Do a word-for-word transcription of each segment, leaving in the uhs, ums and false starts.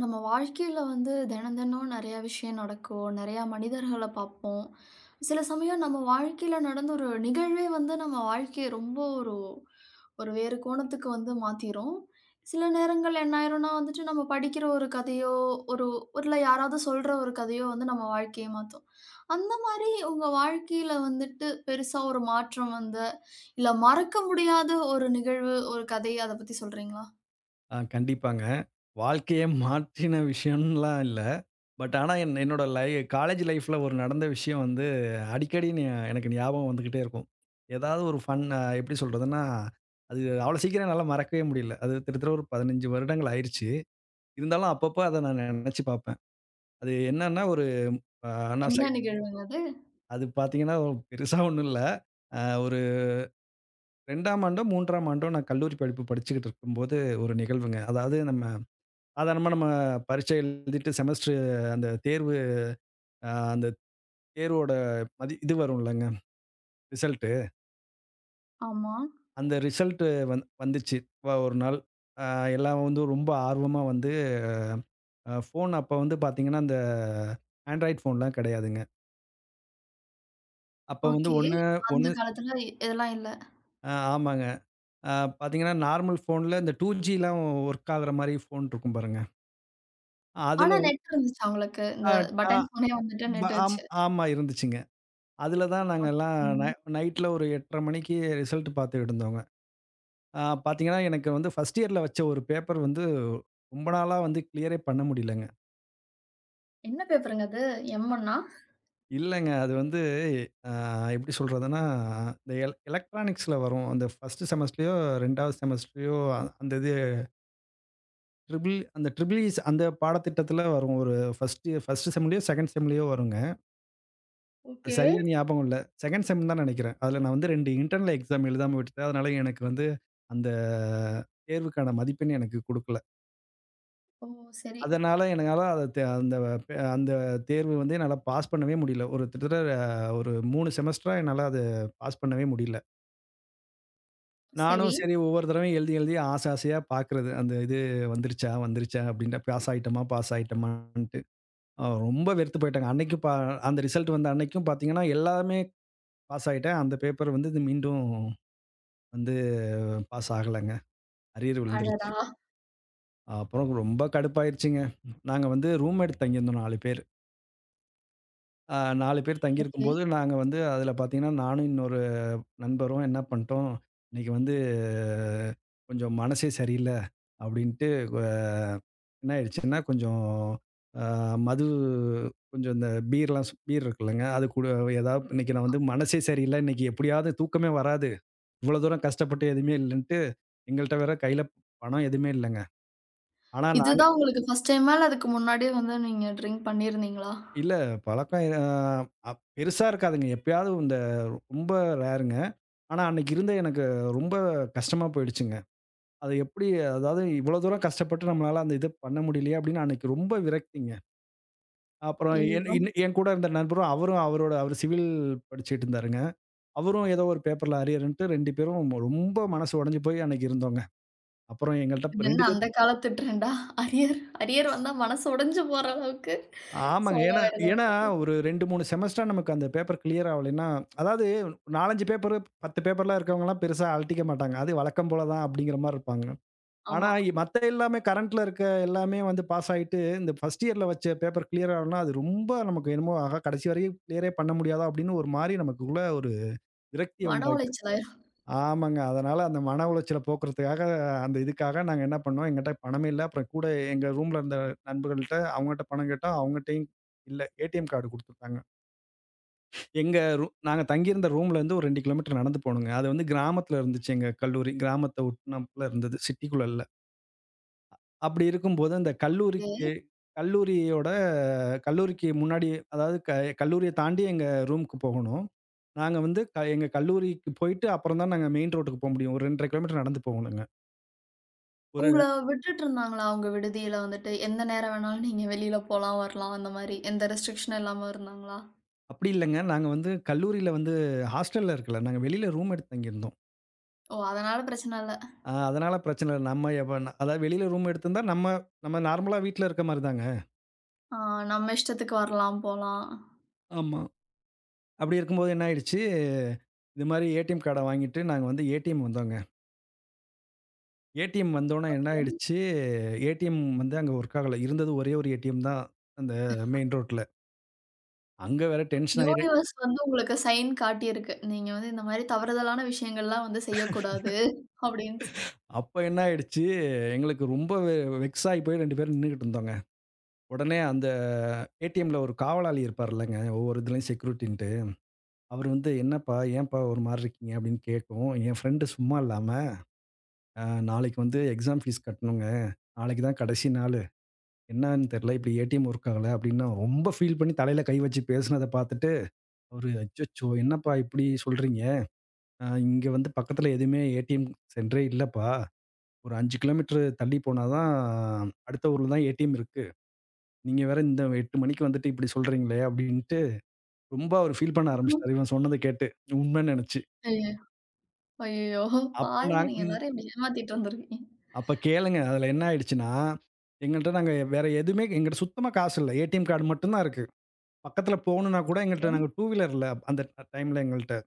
நம்ம வாழ்க்கையில வந்து தினம் தினம் நிறையா விஷயம் நடக்கும். நிறையா மனிதர்கள பார்ப்போம். சில சமயம் நம்ம வாழ்க்கையில நடந்த ஒரு நிகழ்வே வந்து நம்ம வாழ்க்கைய ரொம்ப ஒரு ஒரு வேறு கோணத்துக்கு வந்து மாத்திரும். சில நேரங்கள்ல என்ன ஆயிரும்னா வந்துட்டு நம்ம படிக்கிற ஒரு கதையோ, ஒரு இல்ல யாராவது சொல்ற ஒரு கதையோ வந்து நம்ம வாழ்க்கைய மாத்தும். அந்த மாரி உங்க வாழ்க்கையில வந்துட்டு பெருசா ஒரு மாற்றம் வந்த, இல்ல மறக்க முடியாத ஒரு நிகழ்வு, ஒரு கதை அத பத்தி சொல்றீங்களா? ஆ, கண்டிப்பாங்க. வாழ்க்கையே மாற்றின விஷயம்லாம் இல்ல. பட் ஆனா என் என்னோட லை காலேஜ் லைஃப்ல ஒரு நடந்த விஷயம் வந்து அடிக்கடி ஞா எனக்கு ஞாபகம் வந்துகிட்டே இருக்கும். ஏதாவது ஒரு ஃபன் அ எப்படி சொல்றதுன்னா, அது அவ்வளோ சீக்கிரம் என்னால மறக்கவே முடியல. அது கிட்டத்தட்ட ஒரு பதினைந்து வருடங்கள் ஆயிருச்சு. இருந்தாலும் அப்பப்போ அத நான் நெனச்சு பார்ப்பேன். அது என்னன்னா ஒரு அ நான் சை என்ன நிகழ்வுங்க அது? அது பார்த்தீங்கன்னா பெருசா ஒண்ணும் இல்ல. அ ஒரு 2ஆம் ஆண்டோ, 3ஆம் ஆண்டோ நான் கல்லூரி படிப்பு படிச்சுக்கிட்டு இருக்கும்போது ஒரு நிகழ்வுங்க. அதாவது நம்ம சாதாரணமா நம்ம பரீட்சை எழுதிட்டு செமஸ்டர் அந்த தேர்வு அ அந்த தேர்வோட மதி இது வரும் இல்லங்க, ரிசல்ட்டு. ஆமா. அந்த ரிசல்ட்டு வந் வந்துச்சு வ ஒரு நாள். அ எல்லாம் வந்து ரொம்ப ஆர்வமா வந்து அ ஃபோன் அப்ப வந்து பார்த்தீங்கன்னா, அந்த ஆண்ட்ராய்ட் ஃபோன்லாம் கிடையாதுங்க. அப்ப வந்து ஓகே. ஒண்ணு அந்த ஒண்ணு காலத்துல இ இதெல்லாம் இல்ல. அ ஆமாங்க. அ பார்த்தீங்கன்னா, நார்மல் ஃபோன்ல இந்த 2Gலாம் ஒர்க் ஆகுற மாரி ஃபோன் இருக்கும் பாருங்க. அதுல ஆனா வந்து நெட் இருந்துச்சா உங்களுக்கு? அ இந்த அ பட்டன் ஃபோனே வந்துட்டு ப நெட் வச்சு. ஆம் ஆமா இருந்துச்சுங்க. அதுல தான் நாங்கலாம் ஓகே. நை நைட்ல ஒரு எட்டரை மணிக்கு ரிசல்ட் பார்த்துக்கிட்டு இருந்தோங்க. ஆ, பார்த்தீங்கன்னா, எனக்கு வந்து ஃபர்ஸ்ட் இயர்ல வச்ச ஒரு பேப்பர் வந்து ரொம்ப நாளா வந்து கிளியரே பண்ண முடியலங்க. என்ன பேப்பருங்க அது? எம்-ஆ? இல்லங்க. அது வந்து அ எப்படி சொல்றதுன்னா, இந்த எல எலக்ட்ரானிக்ஸ்ல வரும். அந்த ஃபர்ஸ்ட் செமஸ்டர்லயோ, 2வது செமஸ்டர்லயோ அந்த இது ட்ரிபிள் அந்த ட்ரிபிள் இஸ் அந்த பாடத்திட்டத்தில வரும். ஒரு ஃபர்ஸ்ட் ஃபர்ஸ்ட் செம்லயோ, 2ண்ட் செம்லயோ வருங்க. அது ஓகே. சரியா ஞாபகம் இல்ல. 2ண்ட் செம் தான் நெனைக்கிறேன். அதில நான் வந்து ரெண்டு இன்டர்னல் எக்ஸாம் எழுதாம விட்டுட்டேன். அதனால எனக்கு வந்து அந்த தேர்வுக்கான மதிப்பெண் எனக்கு குடுக்கல. ஓ! சரி, அதனால என்னால அத தே அந்த பே அந்த தேர்வு வந்து என்னால பாஸ் பண்ணவே முடியல. ஒரு கிட்டத்தட்ட அஹ், ஒரு மூணு செமஸ்டரா என்னால அத பாஸ் பண்ணவே முடியல. சரி. நானும் சரி ஒவ்வொரு தடவையும் எழுதி எழுதி ஆசை ஆசையா பார்க்குறது. அந்த இது வந்துருச்சா வந்துருச்சா அப்படின்னு பாஸ் ஆயிட்டோமா பாஸ் ஆயிட்டோமான்ட்டு. அ ரொம்ப வெறுத்து போயிட்டேங்க. அன்னைக்கு பா அந்த ரிசல்ட் வந்த அன்னைக்கும் பார்த்தீங்கன்னா, எல்லாமே பாஸ் ஆயிட்டேன். அந்த பேப்பர் வந்து இது மீண்டும் வந்து பாஸ் ஆகலங்க. அரியர் விழுந்துருச்சு. அடடா! அப்புறம் ரொம்ப கடுப்பாயிருச்சுங்க. நாங்க வந்து ரூம் எடுத்து தங்கியிருந்தோம் நாலு பேர். அ நாலு பேர் ஓகே. தங்கியிருக்கும்போது, நாங்க வந்து அதில பார்த்தீங்கன்னா, நானும் இன்னொரு நண்பரும் என்ன பண்ணிட்டோம், இன்னைக்கு வந்து கொஞ்சம் மனசே சரியில்ல அப்படின்ட்டு, வ என்ன ஆயிடுச்சுன்னா, கொஞ்சம் அ மது கொஞ்சம் இந்த பீர்லாம் சு பீர் இருக்குல்லங்க, அது கூட ஏதாவது இன்னைக்கு நான் வந்து மனசே சரியில்ல, இன்னைக்கு எப்படியாவது தூக்கமே வராது. இவ்வளோ தூரம் கஷ்டப்பட்டு எதுவுமே இல்லன்ட்டு, எங்கள்ட்ட வேற கையில பணம் எதுவுமே இல்லங்க. ஆனா, நாங்க இதுதான் உங்களுக்கு ஃபர்ஸ்ட் டைமா? இல்ல அதுக்கு முன்னாடியே வந்து நீங்க ட்ரிங்க் பண்ணியிருந்தீங்களா? இல்ல. பழக்கம் அ அப் பெருசா இருக்காதுங்க. எப்பயாவது இந்த ரொம்ப ரேருங்க. ஆனா, அன்னைக்கு இருந்த எனக்கு ரொம்ப கஷ்டமா போயிடுச்சுங்க. அது எப்படி அதாவது இவ்வளோ தூரம் கஷ்டப்பட்டு நம்மளால அந்த இத பண்ண முடியலையே அப்படின்னு அன்னைக்கு ரொம்ப விரக்திங்க. அப்புறம் என் ஐயய்யோ! இன் என் கூட இருந்த நண்பரும் அவரும் அவரோட அவர் சிவில் படிச்சுட்டு இருந்தாருங்க. அவரும் ஏதோ ஒரு பேப்பர்ல அரியர்ன்ட்டு ரெண்டு பேரும் ரொம்ப மனசு உடைஞ்சு போய் அன்னைக்கு இருந்தோங்க. அப்புறம் இது எங்கள்ட்ட என்ன ரெண்டு அந்த காலத்து ட்ரெண்டா? அரியர் அரியர் வந்தா மனசு உடைஞ்சு போற அளவுக்கு ஆமாங்க. சோலோ ஏன்னா ஆயிடுதா? ஏன்னா ஒரு ரெண்டு, மூணு செமஸ்டரா நமக்கு அந்த பேப்பர் கிளியர் ஆவலைன்னா, அதாவது நான்கு, அஞ்சு பேப்பரு பத்து பேப்பர்லாம் இருக்கவங்கலாம் பெருசா அலட்டிக்க மாட்டாங்க. அது வழக்கம் போல தான் அப்படிங்கிற மாரி இருப்பாங்க. ஆனா, ஆமா. இ- மத்த எல்லாமே கரண்ட்ல இருக்க எல்லாமே வந்து பாஸ் ஆயிட்டு, இந்த ஃபர்ஸ்ட் இயர்ல வச்ச பேப்பர் கிளியர் ஆகலன்னா, அது ரொம்ப நமக்கு என்னமோ ஆஹா! கடைசி வரையும் கிளியரே பண்ண முடியாதா? அப்படின்னு ஒரு மாரி நமக்குள்ள ஒரு விரக்திய மன உண்டாக்கிரும். உளைச்சல் ஆமாங்க. அதனால அந்த மன உளைச்சல போக்குறதுக்காக, அந்த இதுக்காக நாங்க என்ன பண்ணோம், எங்கட்ட பணமே இல்ல. அப்புறம் கூட எங்க ரூம்ல இருந்த நண்பர்கள்ட்ட அவங்கட்ட பணம் கேட்டோம். அவங்கட்டயும் இல்ல. ஏடிஎம் கார்டு குடுத்துருக்காங்க. எங்க ரூ நாங்க தங்கியிருந்த ரூம்லேருந்து ஒரு ரெண்டு கிலோமீட்டர் நடந்து போணுங்க. அது வந்து கிராமத்தில இருந்துச்சு எங்க கல்லூரி. கிராமத்த ஒட்டுனாப்ல இருந்தது. சிட்டிக்குள்ள இல்ல. அப்படி இருக்கும்போது அந்த கல்லூரிக்கு ஆயிருக்கு. கல்லூரியோட கல்லூரிக்கு முன்னாடி அதாவது க கல்லூரிய தாண்டி எங்க ரூமுக்கு போகணும். நாங்க வந்து க எங்க கல்லூரிக்கு போயிட்டு அப்புறம் தான் நாங்க மெயின் ரோட்டுக்கு போ முடியும். ஒரு ரெண்டு அரை கிலோமீட்டர் நடந்து போகணுங்க. ஒரு உங்கள விட்டுட்டுருந்தாங்களா? உங்க விடுதியில வந்துட்டு, எந்த நேரம் வேணாலும் நீங்க வெளியில போலாம், வரலாம் அந்த மாரி. எந்த ரெஸ்ட்ரிக்ஷனும் இல்லாம இருந்தாங்களா? அப்படி இல்லங்க. நாங்க வந்து கல்லூரியில வந்து ஹாஸ்டல்ல இருக்கல. நாங்க வெளியில ரூம் எடுத்து தங்கியிருந்தோம். ஓ! அதனால பிரச்சன இல்ல. அ அதனால பிரச்சனை இல்ல. நம்ம எப்ப அதாவது வெளியில ரூம் எடுத்திருந்தா நம்ம நம்ம நார்மலா வீட்ல இருக்க மாரி தாங்க. ஆ, நம்ம இஷ்டத்துக்கு வரலாம், போலாம். ஆமா. அப்படி இருக்கும்போது என்ன ஆயிடுச்சு, இது மாரி ஏடிஎம் கார்ட வாங்கிட்டு நாங்க வந்து ஏடிஎம் வந்தோங்க. ஏடிஎம் வந்தோனே என்ன ஓகே. ஆயிடுச்சு, ஏடிஎம் வந்து அங்க ஒர்க் ஆகல. இருந்தது ஒரே ஒரு ஏடிஎம் தான் அந்த மெயின் ரோட்ல. அங்க வேற டென்ஷன் ஆயிரு யூனிவர்ஸ் வந்து உங்களுக்கு சைன் காட்டியிருக்கு. நீங்க வந்து இந்த மாரி தவறுதலான விஷயங்கள்லாம் வந்து செய்யக்கூடாது அப்படின்னு சொல்லி. அப்ப என்ன ஆயிடுச்சு, எங்களுக்கு ரொம்ப வெ வெக்ஸ் ஆகி போய் ரெண்டு பேரும் நின்னுகிட்டு இருந்தோங்க. உடனே அந்த ஏடிஎம்ல ஒரு காவலாளி இருப்பார்லங்க. ஒவ்வொரு இதுலயும் செக்யூரிட்டின்ட்டு. அவரு வந்து என்னப்பா, ஏன்ப்பா ஒரு மாரி இருக்கீங்க? அப்படின்னு கேட்கவும், என் ஃப்ரெண்டு சும்மா இல்லாம, அ நாளைக்கு வந்து எக்ஸாம் ஃபீஸ் கட்டணுங்க. நாளைக்கு தான் கடைசி நாளு. என்னன்னு தெரியல. இப்படி ஏடிஎம் ஒர்க் ஆகல அப்படின்னு அவன் ரொம்ப ஃபீல் பண்ணி தலையில கை வச்சு பேசுனத பார்த்துட்டு, அவரு அச்சச்சோ! என்னப்பா இப்படி சொல்றீங்க? அ இங்க வந்து பக்கத்துல எதுவுமே ஏடிஎம் சென்டரே இல்லப்பா. ஒரு அஞ்சு கிலோமீட்டர் தள்ளி போனா தான் அடுத்த ஊர்ல தான் ஏடிஎம் இருக்கு. நீங்க வேற இந்த எட்டு மணிக்கு வந்துட்டு இப்படி சொல்றீங்களே அப்படின்னு ரொம்ப அவரு ஃபீல் பண்ண அப்புறம்? ஆரம்பிச்சுட்டாரு. இவன் சொன்னத கேட்டு. உண்மைன்னு நெனச்சு. ஐயயோ! ஐயயோ! அப்ப பாருங்க நாங் நீங்க ம். எல்லாரையும் இப்படி ஏமாத்திட்டு வந்திருக்கீங்க. அப்ப கேளுங்க. அதுல என்ன ஆயிடுச்சுன்னா, எங்கள்ட்ட நாங்க வேற எதுவுமே எங்கிட்ட சுத்தமா காசு இல்ல. ஏடிஎம் கார்டு மட்டும் தான் இருக்கு. பக்கத்துல போணும்னா கூட ஓகே. எங்கள்ட்ட நாங்க டூ வீலர் இல்ல. அந்த டைம்ல எங்கள்ட்ட.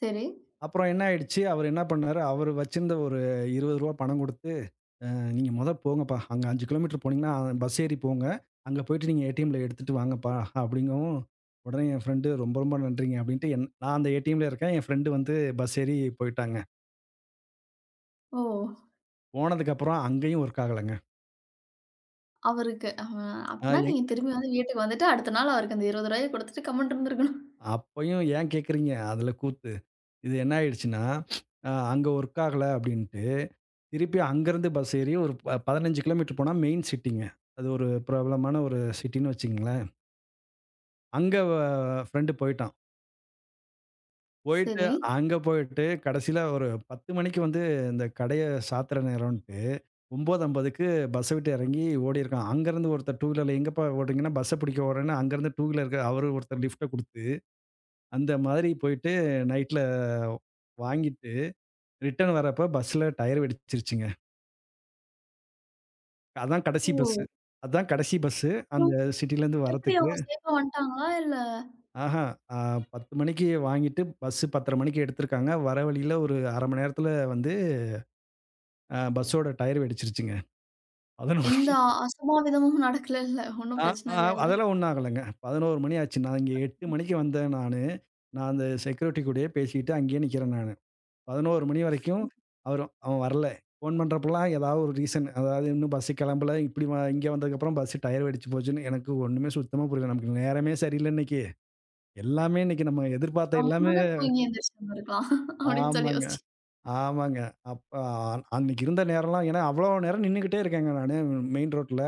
சரி. அப்புறம் என்ன ஆயிடுச்சு, அவரு என்ன பண்ணாரு, அவரு வச்சிருந்த ஒரு ரூ. இருபது பணம் குடுத்து, "நீங்க மொத போங்கப்பா. அங்க அஞ்சு கிலோமீட்டர் போனீங்கன்னா, பஸ் ஏறி போங்க. அங்க போயிட்டு நீங்க ஏடிஎம்ல எடுத்துட்டு வாங்கப்பா" அப்படிங்கவும், உடனே என் ஃப்ரெண்டு "ரொம்ப ரொம்ப நன்றிங்க" அப்படின்ட்டு என் நான் அந்த ஏடிஎம்ல இருக்கேன். என் ஃப்ரெண்டு வந்து பஸ் ஏறி போயிட்டாங்க. ஓ! போனதுக்கப்புறம் அங்கேயும் ஒர்க் ஆகலங்க. அவருக்கு. அ அ அப்பன்னா எங் நீங்க திரும்பி வந்து வீட்டுக்கு வந்துட்டு, அடுத்த நாள் அவருக்கு அந்த ரூ. இருபது குடுத்துட்டு கம்முனு இருந்திருக்கணும். அப்பயும் ஏன் கேட்கிறீங்க? அதுல கூத்து. இது என்ன ஆயிடுச்சுன்னா, அ அங்க ஒர்க் ஆகல அப்படின்ட்டு, திருப்பி அங்கருந்து பஸ் ஏறி ஒரு ப பதினைந்து கிலோமீட்டர் போனா மெயின் சிட்டிங்க. அது ஒரு பிரபலமான ஒரு சிட்டின்னு வச்சுக்கங்களேன். அங்க வ ஃப்ரெண்டு போயிட்டான். போயிட்டு சரி. அங்க போயிட்டு கடைசியில ஒரு பத்து மணிக்கு வந்து இந்த கடைய சாத்துற நேரம்ன்ட்டு, 9:50க்கு பஸ்ஸ விட்டு இறங்கி ஓடியிருக்கான். அங்கருந்து ஒருத்தர் டூ வீலர்ல எங்கப்பா ஓடுறீங்கன்னா, பஸ்ஸ பிடிக்க ஓடுறேன்னு அங்கருந்து டூ வீலருக்கு அவரு ஒருத்தர் லிஃப்ட்ட குடுத்து அந்த மாதிரி போயிட்டு நைட்ல வாங்கிட்டு, ரிட்டர்ன் வரப்ப பஸ்ல டயர் வெடிச்சிருச்சுங்க. அதான் கடைசி பஸ்ஸு. ஓ! அதான் கடைசி பஸ்ஸு. அந்த அப்புறம் சிட்டிலருந்து எப்படி வரதுக்கு. அவங்க சேஃபா வந்துட்டாங்களா? இல்ல ஆஹா, அ பத்து மணிக்கு வாங்கிட்டு பஸ்ஸு பத்தரை மணிக்கு எடுத்திருக்காங்க. வர வழியில ஒரு அரை மணி நேரத்துல வந்து அ பஸ்ஸோட டயர் வெடிச்சிருச்சுங்க. 11 எந்த அ அசம்பாவிதமும் நடக்கலல்ல. ஒண்ணும் ஆ ஆ பிரச்சனை இல்லல்ல. அதெல்லாம் ஒண்ணும் ஆகலங்க. பதினொன்று மணி ஆச்சு. நான் இங்க எட்டு மணிக்கு வந்தேன் நானு. நான் அந்த செக்யூரிட்டி கூடயே பேசிட்டு அங்கேயே நிக்கிறேன் நானு. பதினொன்று மணி வரைக்கும் அவரு அவன் வரல. ஃபோன் பண்றப்பலாம் ஏதாவது ஒரு ரீசன் அதாவது இன்னும் பஸ் கிளம்பல, இப்படி வ இங்க வந்ததுக்கப்புறம் பஸ் டயர் வெடிச்சு போச்சுன்னு எனக்கு ஒண்ணுமே சுத்தமா புரியல. நமக்கு நேரமே சரியில்ல இன்னைக்கு. எல்லாமே இன்னைக்கு நம்ம எதிர்பார்த்த எல்லாமே கம்முனு தூங்கி எந்திரிச்சிருந்துருக்கலாம். அப்படின்னு சொல்லி ஆமாங்க, யோசிச்சேன். ஆமாங்க. அப்ப அன்னைக்கு இருந்த நேரம்லாம் ஏன்னா அவ்வளோ நேரம் நின்னுகிட்டே இருக்கேங்க நானு மெயின் ரோட்ல.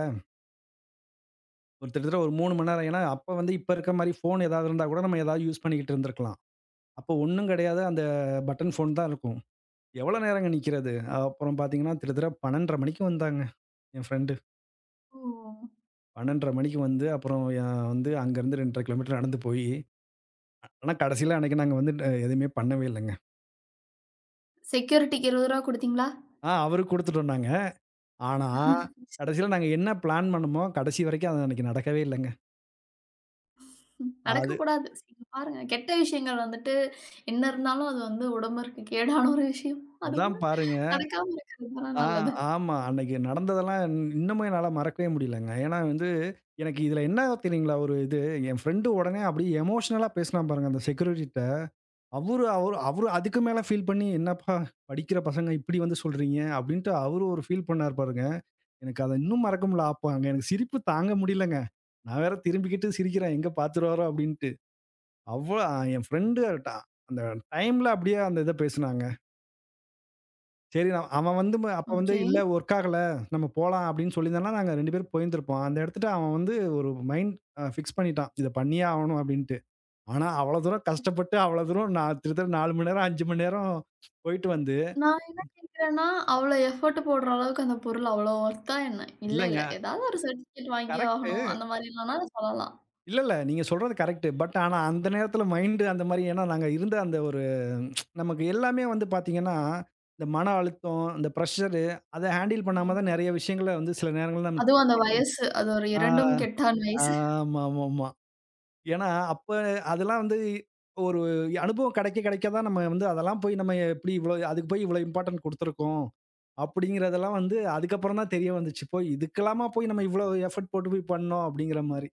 ஒரு கிட்டத்தட்ட ஒரு மூணு மணி நேரம். ஏன்னா அப்ப வந்து இப்ப இருக்க மாரி ஃபோன் ஏதாவது இருந்தா கூட நம்ம ஏதாவது யூஸ் பண்ணிக்கிட்டு இருந்திருக்கலாம். அப்போ ஒண்ணும் கிடையாது. அந்த பட்டன் ஃபோன் தான் இருக்கும். எவ்வளோ நேரங்க நிக்கிறது? அப்புறம் பார்த்தீங்கன்னா, கிட்டத்தட்ட பன்னிரெண்டரை மணிக்கு வந்தாங்க. என் ஃப்ரெண்டு ஓ! பன்னிரண்டு முப்பது மணிக்கு வந்து, அப்புறம் அ வந்து அங்கருந்து ரெண்டு அரை கிலோமீட்டர் நடந்து போயி, ஆனா கடைசில அன்னைக்கு நாங்க வந்து அ எதுவுமே பண்ணவே இல்லங்க. செக்யூரிட்டிக்கு ரூ. இருபது குடுத்தீங்களா? ஆ, அவருக்கு குடுத்துட்டோம் நாங்க. ஆனா, கடைசில நாங்க என்ன பிளான் பண்ணோமோ, கடைசி வரைக்கும் அது அன்னைக்கு நடக்கவே இல்லங்க. அது நடக்கக்கூடாது. நீங்க பாருங்க, கெட்ட விஷயங்கள் வந்துட்டு என்ன இருந்தாலும் அது வந்து உடம்புக்கு கேடான ஒரு விஷயம். அது அதான் வந்து பாருங்க. நடக்காம இருக்கிறது தான ஆ, நல்லது. ஆமா. அன்னைக்கு நடந்ததெல்லாம் இன் இன்னமும் என்னால மறக்கவே முடியலங்க. ஏன்னா வந்து எனக்கு இதுல என்ன தெரியுங்களா ஒரு இது, என் ஃப்ரெண்டு உடனே அப்படியே எமோஷனலா பேசினான் பாருங்க அந்த செக்யூரிட்டிட்ட. அவரு அவரு அவரு அதுக்கு மேல ஃபீல் பண்ணி, "என்னப்பா படிக்கிற பசங்க இப்படி வந்து சொல்றீங்க?" அப்படின்ட்டு அவரு ஒரு ஃபீல் பண்ணாரு பாருங்க. எனக்கு அத இன்னும் மறக்க முடியல. அப்ப அங்க எனக்கு சிரிப்பு தாங்க முடியலங்க. நான் வேற திரும்பிக்கிட்டு சிரிக்கிறேன், எங்க பாத்துருவாரோ அப்படின்ட்டு. அவ்ளோ என் ஃப்ரெண்டு டா அந்த டைம்ல அப்படியே அந்த இத பேசுனாங்க. சரி நான் அவன் வந்து ம- அப்ப வந்து ஓகே. இல்ல ஒர்க் ஆகல, நம்ம போலாம் அப்படின்னு சொல்லியிருந்தான்னா, நாங்க ரெண்டு பேரும் போயிருந்திருப்போம். அந்த இடத்துல அவன் வந்து ஒரு மைண்ட் அ ஃபிக்ஸ் பண்ணிட்டான். இத பண்ணியே ஆவணும் அப்படின்ட்டு. ஆனா, அவ்வளோ தூரம் கஷ்டப்பட்டு, அவ்வளோ தூரம் நான் கிட்டத்தட்ட நாலு மணி நேரம், அஞ்சு மணி நேரம் போயிட்டு வந்து நான் என்ன கேட்கிறேன்னா, அவ்வளோ எஃபோர்ட் போடுற அளவுக்கு அந்த பொருள் அவ்வளோ ஒர்த்தா என்ன? இல்ல, இல்லங்க. இல்ல. ஏதாவது ஒரு சர்டிஃபிகேட் வாங்கியே கரெக்ட்டு. ஆகணும். அந்த மாரிலாம்னா சொல்லலாம். இல்ல, இல்ல. நீங்க சொல்றது கரெக்ட்டு. பட் ஆனா, அந்த நேரத்துல மைண்டு அந்த மாரி ஏன்னா நாங்க இருந்த அந்த ஒரு நமக்கு எல்லாமே வந்து பாத்தீங்கன்னா, இந்த மன அழுத்தம், இந்த ப்ரஷரு அத ஹேண்டில் பண்ணாம தான் ம். நெறைய விஷயங்கள வந்து சில நேரங்கள்ல நம்ம அதுவும் தப்பு அந்த பண்றோம். வயசு. அது ஒரு ஆ, இரண்டும் கெட்டான் வயசு. ஆமாமாமா. ஏன்னா, அப்ப அதெல்லாம் வந்து ஒரு அனுபவம் கிடைக்க, கிடைக்க தான் நம்ம வந்து அதெல்லாம் போய் நம்ம எப்படி இவ்வளோ அதுக்கு போய் இவ்வளோ இம்பார்ட்டன்ட் குடுத்துருக்கோம். அப்படிங்கிறதெல்லாம் வந்து அதுக்கப்புறம் தான் தெரிய வந்துச்சு. போய் இதுக்கெல்லாமா போய் நம்ம இவ்வளோ எஃபோர்ட் போட்டு போய் பண்ணோம் அப்படிங்கிற மாரி.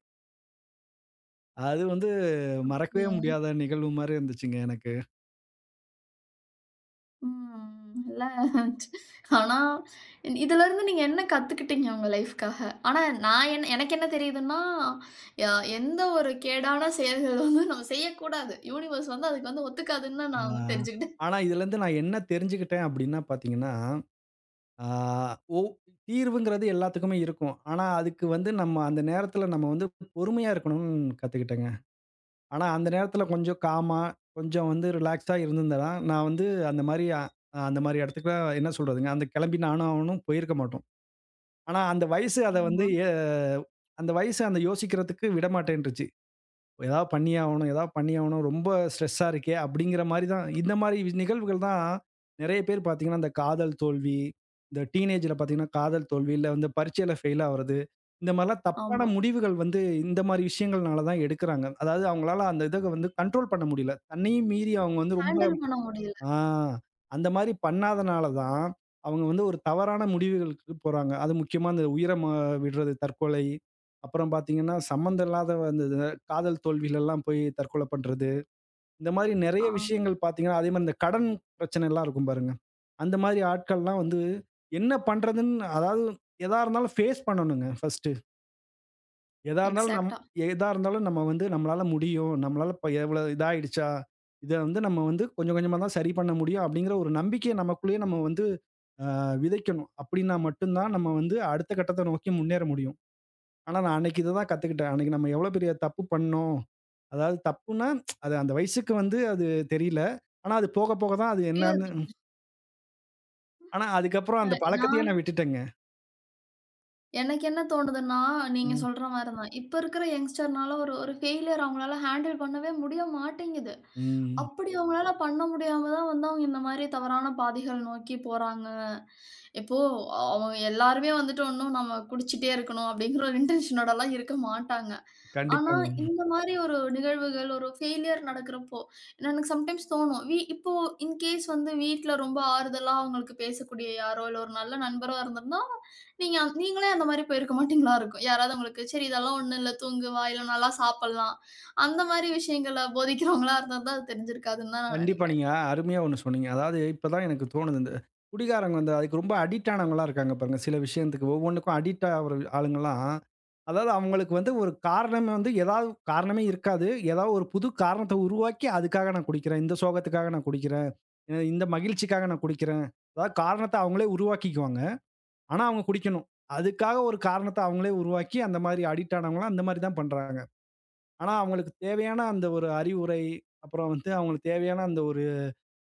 அது வந்து மறக்கவே ம். முடியாத நிகழ்வு மாரி இருந்துச்சுங்க எனக்கு. ம். இல்ல, ஆனா இதுலருந்து நீங்க என்ன கத்துக்கிட்டீங்க உங்க லைஃப்க்காக? ஆனா நான் என் எனக்கு என்ன தெரியுதுன்னா, ய எந்த ஒரு கேடான செயல்கள் வந்து நம்ம செய்யக்கூடாது. யூனிவர்ஸ் வந்து அதுக்கு வந்து ஒத்துக்காதுன்னு நான் ஆ. வந்து தெரிஞ்சுக்கிட்டேன். ஆனா இதுலருந்து நான் என்ன தெரிஞ்சுக்கிட்டேன் அப்படின்னா பார்த்தீங்கன்னா, ஆ ஓ தீர்வுங்கிறது எல்லாத்துக்குமே இருக்கும். ஆனா அதுக்கு வந்து நம்ம அந்த நேரத்துல நம்ம வந்து பொறுமையா இருக்கணும்னு கத்துக்கிட்டேங்க. ஆனா, அந்த நேரத்துல கொஞ்சம் காமா, கொஞ்சம் வந்து ரிலாக்ஸா இருந்திருந்தேன்னா, நான் வந்து அந்த மாரி அ அந்த மாரி இடத்துக்குலாம் என்ன சொல்றதுங்க, அந்த கிளம்பி நானும் அவனும் போயிருக்க மாட்டோம். ஆனா, அந்த வயசு அத வந்து ஆமா, எ அந்த வயசு அந்த யோசிக்கிறதுக்கு விடமாட்டேன்ருச்சு. ஏதாவது பண்ணியே ஆவணும், ஏதாவது பண்ணியே ஆவணும். ரொம்ப ஸ்ட்ரெஸ்ஸா இருக்கே! அப்படிங்கிற மாரி தான் இந்த மாரி நிகழ்வுகள் தான் நெறைய பேர் பார்த்தீங்கன்னா, இந்த காதல் தோல்வி, இந்த டீனேஜ்ல பார்த்தீங்கன்னா, காதல் தோல்வி, இல்ல வந்து பரீட்சையில ஃபெயில் ஆவுறது. இந்த மாரிலாம் தப்பான ஆமா. முடிவுகள் வந்து இந்த மாரி விஷயங்கள்னால தான் எடுக்குறாங்க. அதாவது அவங்களால அந்த இத வந்து கண்ட்ரோல் பண்ண முடியல. தன்னையும் மீறி அவங்க வந்து ரொம்ப ஹேண்டில் பண்ண முடியல. ஆ. அந்த மாரி பண்ணாதனால தான், அவங்க வந்து ஒரு தவறான முடிவுகளுக்கு போறாங்க. அது முக்கியமா அந்த உயிர ம விடுறது தற்கொலை. அப்புறம் பார்த்தீங்கன்னா, சம்மந்தம் இல்லாத அந்த இது காதல் தோல்விலலாம் போய் தற்கொலை பண்றது. இந்த மாரி ஆ, நெறைய விஷயங்கள் பார்த்தீங்கன்னா, அதே மாரி இந்த கடன் பிரச்சனைலாம் இருக்கும் பாருங்க. அந்த மாரி ஆட்கள்லாம் வந்து என்ன பண்றதுன்னு அதாவது எதா இருந்தாலும் ஃபேஸ் பண்ணணுங்க ஃபர்ஸ்ட். எதா இருந்தாலும் நம் எக்ஸாக்ட்டா. எதா இருந்தாலும் நம்ம வந்து நம்மளால முடியும். நம்மளால இப்ப எவ்வளோ இதாயிடுச்சா? இத வந்து நம்ம வந்து கொஞ்சம் கொஞ்சமா தான் சரி பண்ண முடியும் அப்படிங்கிற ஒரு நம்பிக்கைய நமக்குள்ளேயே நம்ம வந்து அ விதைக்கணும். அப்படின்னா மட்டும் தான் நம்ம வந்து அடுத்த கட்டத்த நோக்கி முன்னேற முடியும். ஆனா நான் அன்னைக்கு இத தான் கத்துக்கிட்டேன். அன்னைக்கு நம்ம எவ்வளோ பெரிய தப்பு பண்ணோம். அதாவது தப்புன்னா, அது அந்த வயசுக்கு வந்து அது தெரியல. ஆனா அது போக போக தான் அது இப்பயும் என்னன்னு அது ஆனா அதுக்கப்புறம் அ அந்த பழக்கத்தையே நான் நான் விட்டுட்டேங்க. எனக்கு என்ன தோணுதுன்னா, நீங்க ம், சொல்ற மாரி தான். இப்ப இருக்கிற யங்ஸ்டர்னால ஒரு ஒரு ஃபெயிலியர் அவங்களால ஹேண்டில் பண்ணவே முடிய மாட்டேங்குது. ம். அப்படி அவங்களால பண்ண முடியாம தான் வந்து அவங்க இந்த மாரி தவறான பாதைகள் நோக்கி போறாங்க. இப்போ அவங்க எல்லாருமே வந்துட்டு ஒண்ணும் நம்ம குடிச்சிட்டே இருக்கணும் அப்படிங்கிற ஒரு இன்டென்ஷனோடலாம் இருக்க மாட்டாங்க. ஆனா, கண்டிப்பாங்க. இந்த மாரி ஒரு நிகழ்வுகள், ஒரு ஃபெயிலியர் நடக்கிறப்போ, எனக்கு சம்டைம்ஸ் தோணும். வி இப்போ இன்கேஸ் வந்து வீட்ல ரொம்ப ஆறுதலா உங்களுக்கு பேசக்கூடிய யாரோ, இல்ல ஒரு நல்ல நண்பரோ இருந்திருந்தா, நீங்க அந்த- நீங்களே அந்த மாரி போயிருக்க மாட்டீங்களா இருக்கும். யாராவது உங்களுக்கு, "சரி இதெல்லாம் ஒண்ணும் இல்ல. தூங்கு வா. இல்ல நல்லா சாப்பிடலாம்." அந்த மாரி விஷயங்கள போதிக்கிறவங்களா இருந்திருந்தா, அது தெரிஞ்சிருக்காதுன்னு தான் நான் கண்டிப்பா. நெனைக்கிறேன். நீங்க அருமையா ஒண்ணு சொன்னீங்க. அதாவது இப்ப தான் எனக்கு தோணுது. இந்த குடிகாரங்க வந்து அதுக்கு ரொம்ப அடிக்ட் ஆனவங்கலாம் இருக்காங்க பாருங்க. சில விஷயத்துக்கு ஒவ்வொன்னுக்கும் அடிக்ட் ஆகுற ஆளுங்கலாம், அதாவது அவங்களுக்கு வந்து ஒரு காரணமே வந்து ஏதாவது காரணமே இருக்காது. ஏதாவது ஒரு புது காரணத்த உருவாக்கி, அதுக்காக நான் குடிக்கிறேன். இந்த சோகத்துக்காக நான் குடிக்கிறேன். அ இந்த மகிழ்ச்சிக்காக நான் குடிக்கிறேன். அதாவது காரணத்த அவங்களே உருவாக்கிக்குவாங்க. ஆனா அவங்க குடிக்கணும். அதுக்காக ஒரு காரணத்த அவங்களே உருவாக்கி, அந்த மாரி அடிக்ட் ஆனவங்கலாம் அந்த மாரி தான் பண்றாங்க. ஆனா அவங்களுக்கு தேவையான அந்த ஒரு அறிவுரை, அப்புறம் வந்து அவங்களுக்கு தேவையான அந்த ஒரு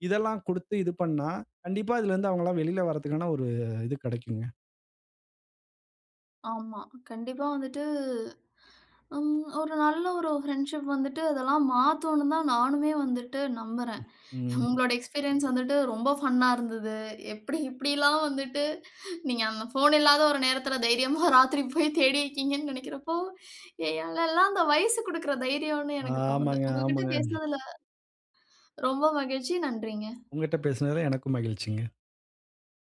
இதெல்லாம் குடுத்து இது பண்ணா, கண்டிப்பா இதுலருந்து அவங்கலாம் வெளில வரதுக்கான ஒரு இது கெடைக்குங்க. ஆமா. கண்டிப்பா வந்துட்டு, ம், ஒரு நல்ல ஒரு ஃப்ரெண்ட்ஷிப் வந்துட்டு, அதெல்லாம் மாத்தும்னு தான் நானுமே வந்துட்டு நம்புறேன். ம். உங்களோட எக்ஸ்பீரியன்ஸ் வந்துட்டு ரொம்ப ஃபன்னா இருந்தது. எப்படி இப்படிலாம் வந்துட்டு நீங்க அந்த ஃபோன் இல்லாத ஒரு நேரத்தில தைரியமா ராத்திரி போய் தேடியிருக்கீங்கன்னு நினைக்கிறப்போ, எ எல்லாம் அந்த வயசு குடுக்குற தைரியம்னு எனக்கு தோணுது. ஆமாங்க, உங்ககிட்ட ஆமாங்க. பேசினதுல ரொம்ப மகிழ்ச்சி. நன்றிங்க. உங்கட்ட பேசுனதுல எனக்கும் மகிழ்ச்சிங்க.